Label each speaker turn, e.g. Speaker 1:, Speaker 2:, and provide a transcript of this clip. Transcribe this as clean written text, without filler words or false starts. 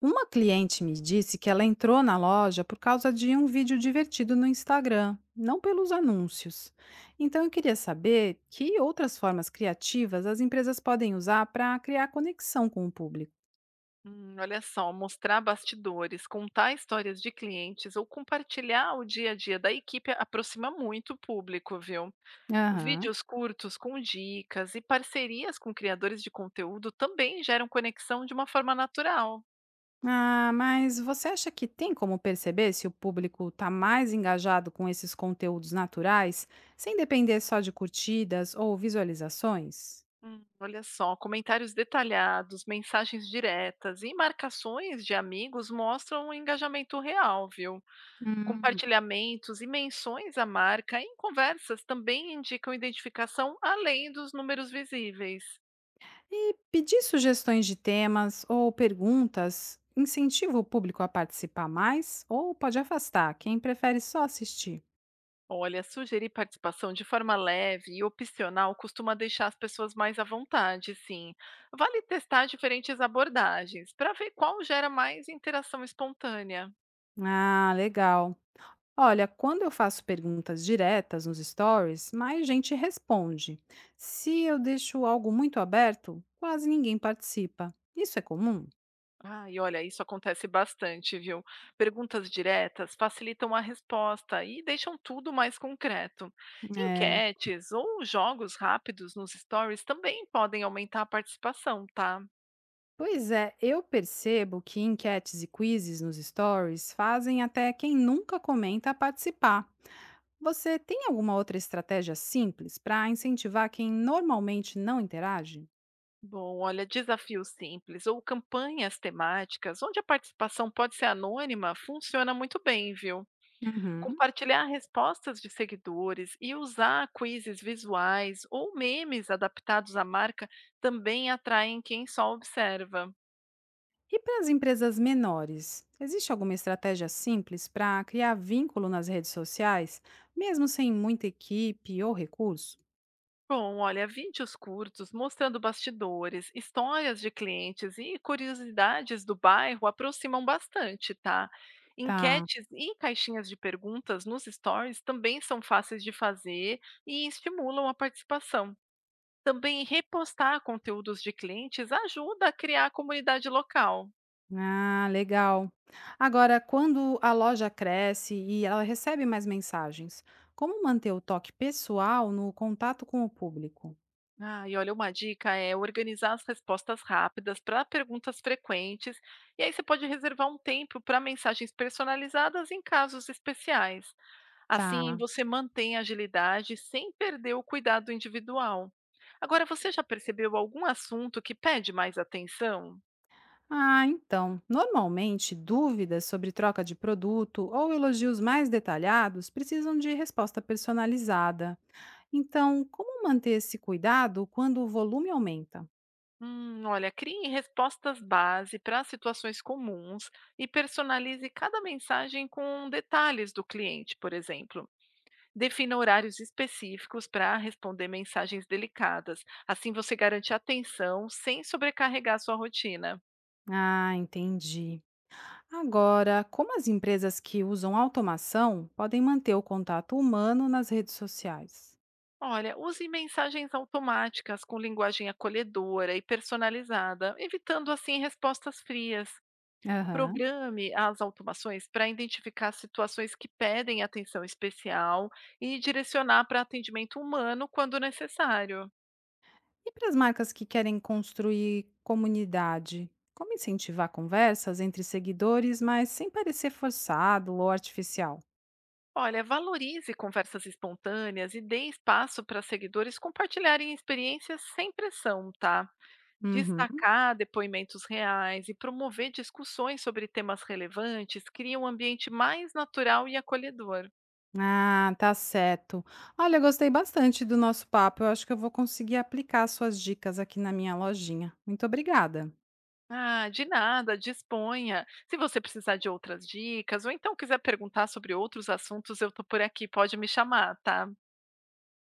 Speaker 1: Uma cliente me disse que ela entrou na loja por causa de um vídeo divertido no Instagram, não pelos anúncios. Então eu queria saber que outras formas criativas as empresas podem usar para criar conexão com o público.
Speaker 2: Olha só, mostrar bastidores, contar histórias de clientes ou compartilhar o dia a dia da equipe aproxima muito o público, viu?
Speaker 1: Aham.
Speaker 2: Vídeos curtos com dicas e parcerias com criadores de conteúdo também geram conexão de uma forma natural.
Speaker 1: Ah, mas você acha que tem como perceber se o público está mais engajado com esses conteúdos naturais, sem depender só de curtidas ou visualizações?
Speaker 2: Olha só, comentários detalhados, mensagens diretas e marcações de amigos mostram um engajamento real, viu?
Speaker 1: Hum.
Speaker 2: Compartilhamentos e menções à marca em conversas também indicam identificação além dos números visíveis.
Speaker 1: E pedir sugestões de temas ou perguntas incentiva o público a participar mais ou pode afastar quem prefere só assistir?
Speaker 2: Olha, sugerir participação de forma leve e opcional costuma deixar as pessoas mais à vontade, sim. Vale testar diferentes abordagens para ver qual gera mais interação espontânea.
Speaker 1: Ah, legal. Olha, quando eu faço perguntas diretas nos stories, mais gente responde. Se eu deixo algo muito aberto, quase ninguém participa. Isso é comum?
Speaker 2: Ah, e olha, isso acontece bastante, viu? Perguntas diretas facilitam a resposta e deixam tudo mais concreto.
Speaker 1: É.
Speaker 2: Enquetes ou jogos rápidos nos stories também podem aumentar a participação, tá?
Speaker 1: Pois é, eu percebo que enquetes e quizzes nos stories fazem até quem nunca comenta participar. Você tem alguma outra estratégia simples para incentivar quem normalmente não interage?
Speaker 2: Bom, olha, desafios simples ou campanhas temáticas, onde a participação pode ser anônima, funciona muito bem, viu?
Speaker 1: Uhum.
Speaker 2: Compartilhar respostas de seguidores e usar quizzes visuais ou memes adaptados à marca também atraem quem só observa.
Speaker 1: E para as empresas menores, existe alguma estratégia simples para criar vínculo nas redes sociais, mesmo sem muita equipe ou recurso?
Speaker 2: Bom, olha, vídeos curtos mostrando bastidores, histórias de clientes e curiosidades do bairro aproximam bastante, tá?
Speaker 1: Tá.
Speaker 2: Enquetes e caixinhas de perguntas nos stories também são fáceis de fazer e estimulam a participação. Também repostar conteúdos de clientes ajuda a criar a comunidade local.
Speaker 1: Ah, legal. Agora, quando a loja cresce e ela recebe mais mensagens, como manter o toque pessoal no contato com o público?
Speaker 2: Ah, e olha, uma dica é organizar as respostas rápidas para perguntas frequentes, e aí você pode reservar um tempo para mensagens personalizadas em casos especiais. Assim,
Speaker 1: Tá.
Speaker 2: você mantém a agilidade sem perder o cuidado individual. Agora, você já percebeu algum assunto que pede mais atenção?
Speaker 1: Ah, então, normalmente dúvidas sobre troca de produto ou elogios mais detalhados precisam de resposta personalizada. Então, como manter esse cuidado quando o volume aumenta?
Speaker 2: Olha, crie respostas base para situações comuns e personalize cada mensagem com detalhes do cliente, por exemplo. Defina horários específicos para responder mensagens delicadas. Assim você garante atenção sem sobrecarregar sua rotina.
Speaker 1: Ah, entendi. Agora, como as empresas que usam automação podem manter o contato humano nas redes sociais?
Speaker 2: Olha, use mensagens automáticas com linguagem acolhedora e personalizada, evitando assim respostas frias.
Speaker 1: Aham.
Speaker 2: Programe as automações para identificar situações que pedem atenção especial e direcionar para atendimento humano quando necessário.
Speaker 1: E para as marcas que querem construir comunidade, como incentivar conversas entre seguidores, mas sem parecer forçado ou artificial?
Speaker 2: Olha, valorize conversas espontâneas e dê espaço para seguidores compartilharem experiências sem pressão, tá?
Speaker 1: Uhum.
Speaker 2: Destacar depoimentos reais e promover discussões sobre temas relevantes cria um ambiente mais natural e acolhedor.
Speaker 1: Ah, tá certo. Olha, eu gostei bastante do nosso papo. Eu acho que eu vou conseguir aplicar suas dicas aqui na minha lojinha. Muito obrigada.
Speaker 2: Ah, de nada, disponha. Se você precisar de outras dicas ou então quiser perguntar sobre outros assuntos, eu tô por aqui, pode me chamar, tá?